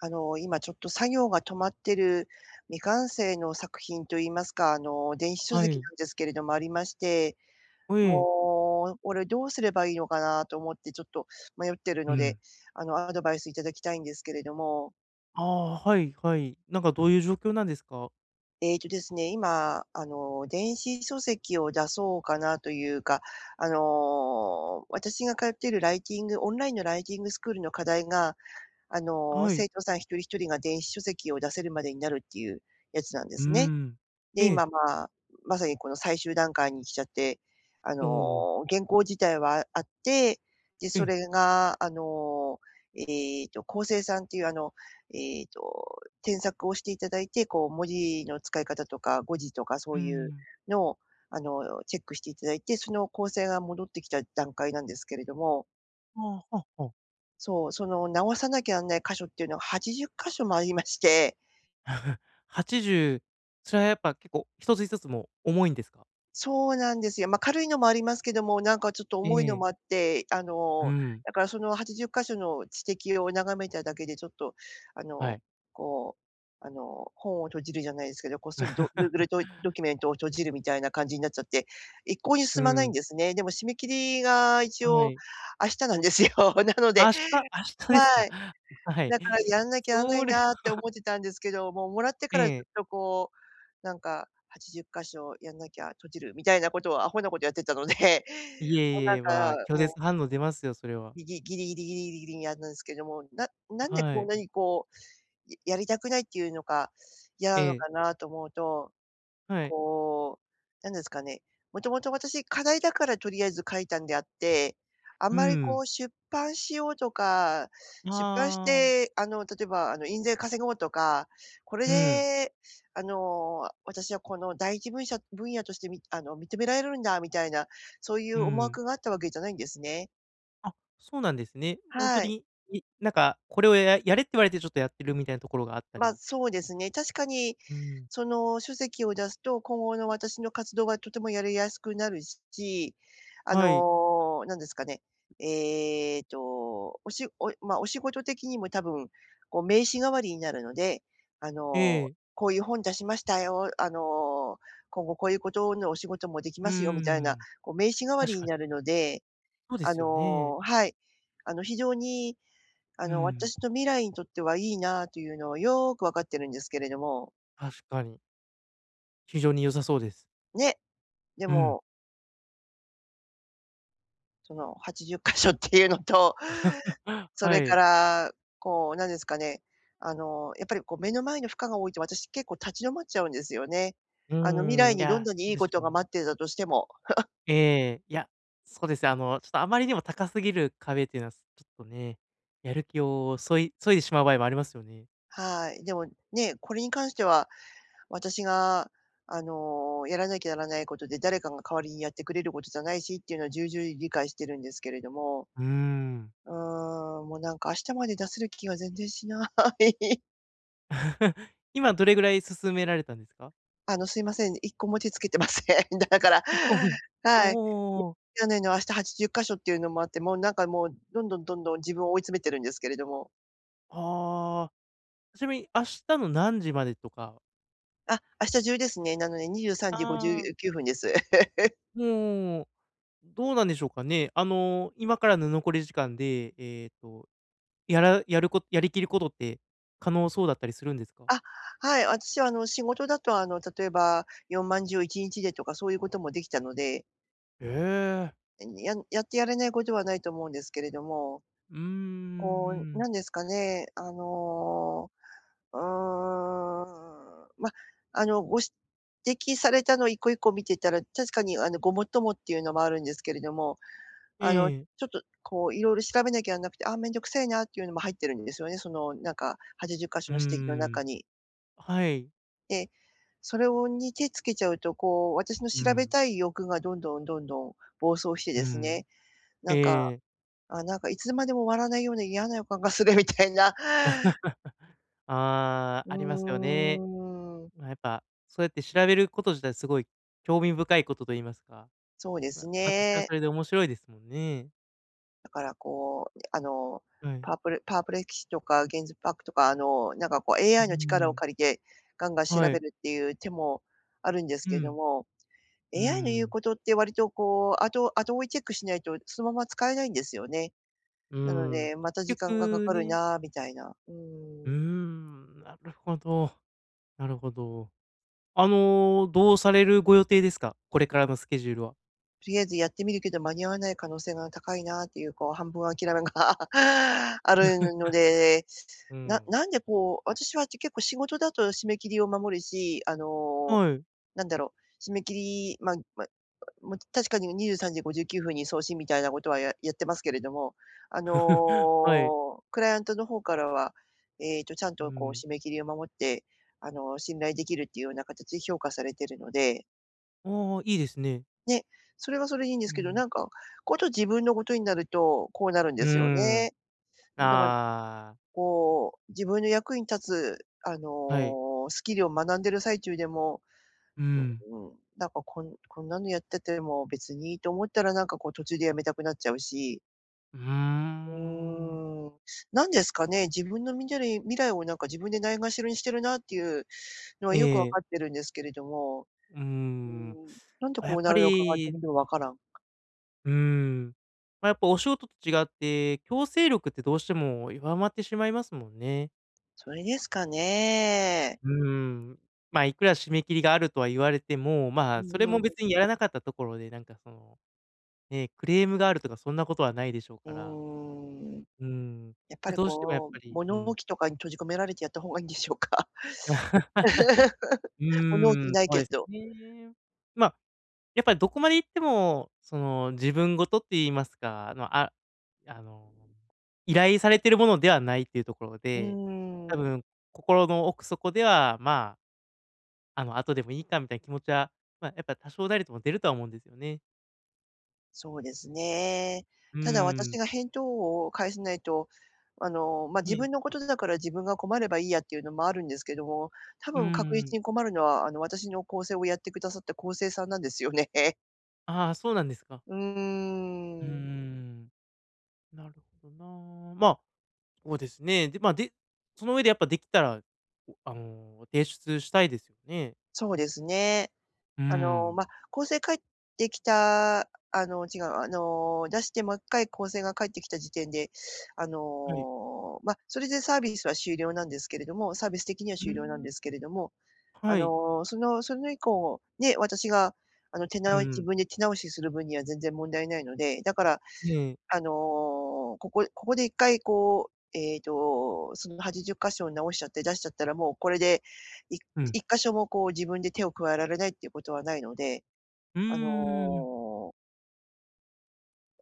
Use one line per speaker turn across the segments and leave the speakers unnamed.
今ちょっと作業が止まってる未完成の作品といいますか、電子書
は
籍
い。
なんですけれどもありまして、
ええ。
もう、俺どうすればいいのかなと思ってちょっと迷ってる
う
ので、
ん。
アドバイスいただきたいんですけれども、
ああ、はいはい。なんかどういう状況なんですか？
ええとですね、今、電子書籍を出そうかなというか、私が通っているライティングオンラインのライティングスクールの課題が、
はい。
生徒さん一人一人が電子書籍を出せるまでになるっていうやつなんで
うー
すね。
ん。
で、
ええ。
今、まあ、まさにこの最終段階に来ちゃって、
おお。
原稿自体はあって、で、
え
そ
え。
れが、こうせいさんっていう、添削をしていただいて、こう文字の使い方とか語字とかそ
う
う
ー
いう
ん。
のを、あの、チェックしていただいて、その構成が戻ってきた段階なんですけれども、
ああ、はあはあ。
そう、その直さなきゃなんない箇所っていうのが80箇所もありまして、
80、それはやっぱ結構一つ一つも重いんですか？
そうなんですよ。まあ、軽いのもありますけども、なんかちょっと
え
重いの
え。
もあって、
うん、
だからその80箇所の史跡を眺めただけでちょっと、あ
は
の、
い。
こう、本を閉じるじゃないですけど、こっそりGoogle ドキュメントを閉じるみたいな感じになっちゃって、一向に
う
進まないん
ん、
ですね。でも締め切りが一
は
応
い。
明日なんですよ。なので、
明日です
は
か？
い。
はい。
だからやんなきゃやらない
それ
なっ
は
て思ってたんですけど、もうもらってか
え
らず
え。
っとこう、なんか80箇所やんなきゃ閉じるみたいなことをアホなことやってたので、
い
もうな
えいえ、ま
んか、
あ、拒
も
絶
う、
反応出ますよ、それは。
ギリギリギリギリギリにやったんですけども、なんで
は
こん
い。
なにこう、ややりたくないっていうのか、嫌
え
なの
え、
かなと思うと、
はい。
こう、なんですかね、もともと私、課題だからとりあえず書いたんであって、あん
う
まりこ
ん。
う出版しようとか、
あ
出版し
あ、
て、例えば、印税稼ごうとか、これ
うん。
で、私はこの第一分野としてみあの、認められるんだみたいな、そうい
う
う思
ん。
惑があったわけじゃないんですね。
あ、そうなんですね。ほんと
はい。
に、なんか、これをやれって言われてちょっとやってるみたいなところがあった
まあ、
り。
そうですね。確かに、
うん。
その書籍を出すと、今後の私の活動がとてもやりやすくなるし、
はい。
なんですかね、ええと、おしおまあ、お仕事的にも多分、こう名刺代わりになるので、あ
え
の、
え。
こういう本出しましたよ、今後こういうことのお仕事もでき
うー
ますよみたいな、
ん。
こう名刺代わり
確
に
かに。
なるので、
そうですよね。
はい。非常に
うん。
私の未来にとってはいいなというのはよーくわかってるんですけれども、
確かに。非常に良さそうです。
ね、で
うん。
も、その80箇所っかしょっていうのと、そ
は
れか
い。
ら、こう、なんですかね、やっぱりこう目の前の負荷が多いと私結構立ち止まっちゃうんですよね。
う
未
ー
来
ん、い
にどん
や、
なに
そ
い
う
い
で
こ
し
とが
ょう。
待ってたとしても。
ええ、いや、そうです。あの、ちょっとあまりにも高すぎる壁っていうのは、ちょっとね、やる気を削いでしまう場合もありますよね。
はい。でもね、これに関しては私が、やらなきゃならないことで、誰かが代わりにやってくれることじゃないしっていうのは重々理解してるんですけれども。
うーん。
うーもうなんか明日まで出せる気が全然しない。
今どれぐらい進められたんですか？
すいません、1個も手つけてません。だから
1個も。ふん。
はい。
おお。
やねの明日80箇所っていうのもあって、もうなんかもう、どんどんどんどん自分を追い詰めてるんですけれども。
ああ。ちなみに明日の何時までとか。
あ、明日中ですね。なので23時
ああ。
59分です。
もう、どうなんでしょうかね。あの、今からの残り時間で、やりきることって可能そうだったりするんですか？
あ、はい、私は仕事だと例えば4万字を1日でとかそういうこともできたので、
ええ。
やってやれないことはないと思うんですけれども、
うー
こう、
ん。
なんですかね、あのーうーん。ま、あの、ご指摘されたの一個一個見てたら、確かにごもっともっていうのもあるんですけれども、
え
ち
え。
ょっとこう色々調べなきゃなんなくて、ああ、めんどくさいなっていうのも入ってるんですよね。そのなんか80箇所
うー
の指摘の中
ん。
に。
はい。
で、それをに手つけちゃうと、こう、私の
う
調べ
ん。
たい欲がどんどんどんどん暴走して
う
ですね、
ん。
なんか、
ええ。
あ、なんかいつまでも終わらないような嫌な予感がするみたいな。
あ
う
あ、
ー
ありますよね。
ん、
ま、やっぱ、そうやって調べること自体すごい興味深いことと言いますか、
そうです
また、それはそ
ね。
れで面白いですもんね。
だからこう、
はい。
パープルパープレキシとかゲンズパークとか、なんかこう
うー
AI の力を
ん、
借りて、ガンガン調
は
べ
い。
るっていう手もあるんです
う
けれど
ん。
も、
うー
AI の言う
ん。
ことって割とこう、後追いチェックしないと、そのまま使えないんですよね。
う
なの
ーん、
で、また時
結
間がか
局
かる
ね。
なぁみたいな。う
うー
ん。
ん、なるほど、なるほど。あの、どうされるご予定ですか？これからのスケジュールは。
とりあえずやってみるけど間に合わない可能性が高いなっていう、こう半分諦めが あるので、
う
な
ん。
なんでこう、私は結構仕事だと締め切りを守るし、
はい。
なんだろう、締め切り、まあま、も、確かに23時59分に送信みたいなことはやってますけれども、
はい。
クライアントの方からは、えっと、ちゃん
う
とこう
ん。
締め切りを守って、信頼できるっていうような形で評価されてるので、
ああ、いいですね。
ね、それはそれでいいんです
う
けど、
ん。
なんか、こと自分のことになると、こうなるん
う
ですよ
ー
ね。
ん。
だから
ああ、
こう、自分の役に立つ、
はい。
スキルを学んでる最中でも、
う
う
ん。
なんかこんなのやってても別にと思ったら、なんかこう途中でやめたくなっちゃうし、
うー
う
ん。
ーん、なんですかね、自分の見てる未来をなんか自分でないがしろにしてるなっていうのは
え
よくわ
え、
かってるんですけれども、
うー
うー
ん。ま
なんで
あ、
こ
やっ
うな
ぱ
るのかが自
り。
分でもわからん。
うーん。まあ、やっぱお仕事と違って、強制力ってどうしても弱まってしまいますもんね。
それですかね。
うーん。まあ、いくら締め切りがあるとは言われても、ま
う
あ、それも
ん
別にやらなかったところで、なんかその、ね、クレームがあるとかそんなことはないでしょうから。
うーん。
うーん。
やっぱ
まあ、
り
どうしてもやっ
こう、
ぱり、う
物
ん。
置とかに閉じ込められてやった方がいいんでしょうか？
う
物置
ーん、
ない
そう
け
です
ど。
ね。まあ、やっぱりどこまで行っても、その、自分事って言いますか、あの、あの、依頼されてるものではないっていうところ
う
で、多
ーん、
分心の奥底では、まあ、あの、後でもいいかみたいな気持ちは、まあ、やっぱ多少なりとも出るとは思うんですよね。
そうですね。
う
ただ
ー
私
ん。
が返答を返せないと、まあ、
い
自
え、
分のことだから自分が困ればいいやっていうのもあるんですけども、多
うー
分確
ん。
実に困るのは、私の構成をやってくださった構成さんなんですよね。
ああ、そうなんですか。
う
うー
ーん、
ん。なるほどな。まあ、そうですね。で、まあ、で、その上でやっぱできたら、あの、提出したいですよね。
そうですね。
うーん。
まあ、校正帰ってきたあの、違う、あの、出してもっかい校正が返ってきた時点で、
はい。
まあ、それでサービスは終了なんですけれども、サービス的には
う
終
ー
了なん
ん。
ですけれども、
はい。
そのそれ以降、ね、私があの、手
う
直し自
ん。
分で手直しする分には全然問題ないので、だから、
ええ。
あの、ここで1回こう、えっと、その80箇所を直しちゃって出しちゃったらもうこれで、い
うん。
1箇所もこう自分で手を加えられないっていうことはないので
うー
あ
ん。
の、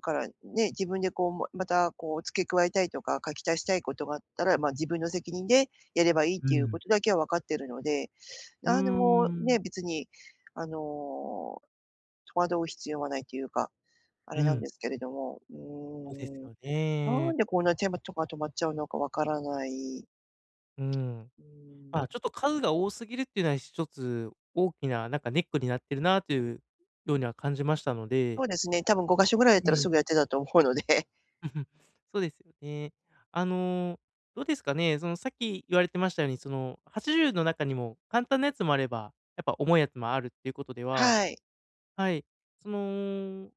からね、自分でこう、またこう付け加えたいとか、書き足したいことがあったら、ま、自分の責任でやればいいっ
う
ていうこ
ん。
とだけは分かってるので、
うー
何でもね、
ん。
別にあの、戸惑う必要はないというか、あ
う
れなん
ん。
ですけれども、
そうですよ
なん
ね。
でこんな手間とか止まっちゃうのか分からない。
うん。
うーん、
まあ、ちょっと数が多すぎるっていうのは一つ大きななんかネックになってるなというようには感じましたの
そ
で。
うですね、多分5箇所ぐらいだっ
え
たらす
え。
ぐやってたと思うので、
そうですよね。あの、どうですかね、そのさっき言われてましたように、その80の中にも簡単なやつもあれば、やっぱ重いやつもあるっていうことでは。
はい。
はい。その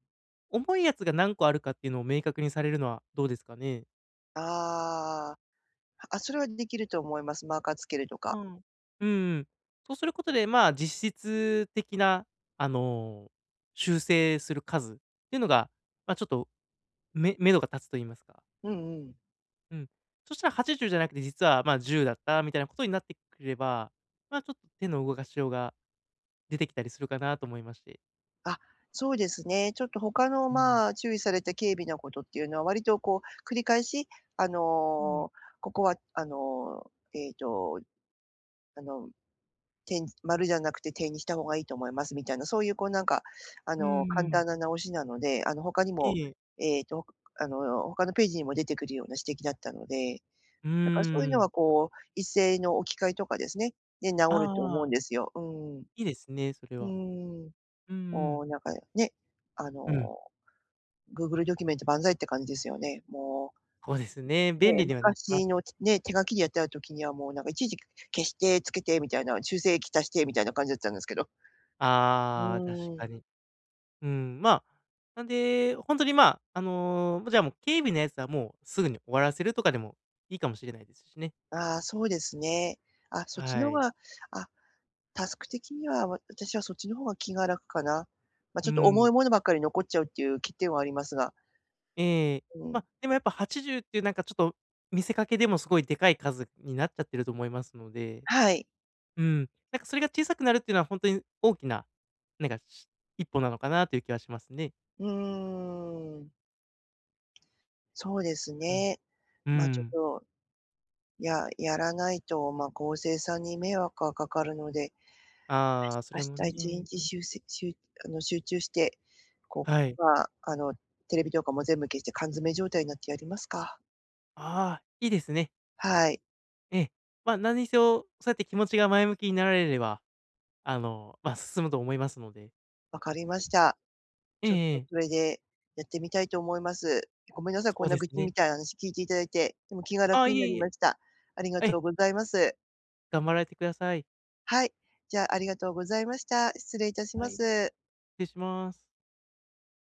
重いやつが何個あるかっていうのを明確にされるのはどうですかね？
ああ、あ、それはできると思います。マーカーつけると
う
か。
ん。うん。そうすることで、まあ、実質的な、あの、修正する数っていうのが、まあ、ちょっと、目処が立つと言いますか。
うんうん。
うん。そしたら80じゅうじゃなくて、実は、まあ、10だったみたいなことになってくれば、まあ、ちょっと手の動かしようが出てきたりするかなと思いまして。
あ、そうですね。ちょっと他の、
うん。
まあ、注意された軽微なことっていうのは、割とこう繰り返し、あ
うん。
の、ここは、あの、点丸じゃなくて点にした方がいいと思いますみたいな、そういうこうなんか、
う
簡
ん。
単な直しなので、他に
え
も、
え。
えっと、他のページにも出てくるような指摘だったので、
う
だからそうい
ー
うのは
ん。
こう、一斉の置き換えとかですね、で、
あ
直ると思うん
あ、
ですよ。うん。
いいですね、それ
う
は。
ん。
うんう
も
ん。
うなんかね、あ
うん、
の、Google ドキュメント万歳って感じですよね。も
そうですね、
う、
便
ね、
利にはなってま
昔
す。
のね、手書きでやってた時にはもうなんか一時消してつけてみたいな、修正液足してみたいな感じだったんですけど。う
ああ、確
ーん、
かに。うん、まあ、なんで、本当に、まあ、あの、じゃあ、もう警備のやつはもうすぐに終わらせるとかでもいいかもしれないですしね。
ああ、そうですね。あ、そっち
は
の方
い。
が、あ、タスク的には、私はそっちの方が気が楽かな。ま、
う
ちょっと重い
ん。
ものばっかり残っちゃうっていう欠点はありますが、
ええ。
う
ま
ん。
あ、でもやっぱ80っていうなんかちょっと見せかけでもすごいでかい数になっちゃってると思いますので、
はい。
うん、なんかそれが小さくなるっていうのは本当に大きな、なんか、一歩なのかなという気はしますね。
うーん、そうです
うん。
ね。
う
ま、ちょっ
ん。
とやらないと、まあ、校生さんに迷惑がかかるので、
ああ、そ
明
れも
日
ね。
1日集せ集集中して、こ
はい。
う、まあ、あの、テレビとかも全部消して缶詰状態になってやりますか。
ああ、いいですね。
はい、
ええ。まあ、何にせよ、そうやって気持ちが前向きになられれば、あの、まあ、進むと思いますので。
わかりました。
え
ちょっ
ええ
とそ
え。
れでやってみたいと思います。ごめんなさい、こ
そ
ん
う
な
です
愚痴み
ね。
たいな話聞いていただいて、でも気が
ああ、
楽に
い
な
え
り
い
ま
え。
した。ありが
え
と
え、
うございます。
頑張られてください。
はい、じゃあ、ありがとうございました。失礼いたし
は
ま
い、失
す。
礼します。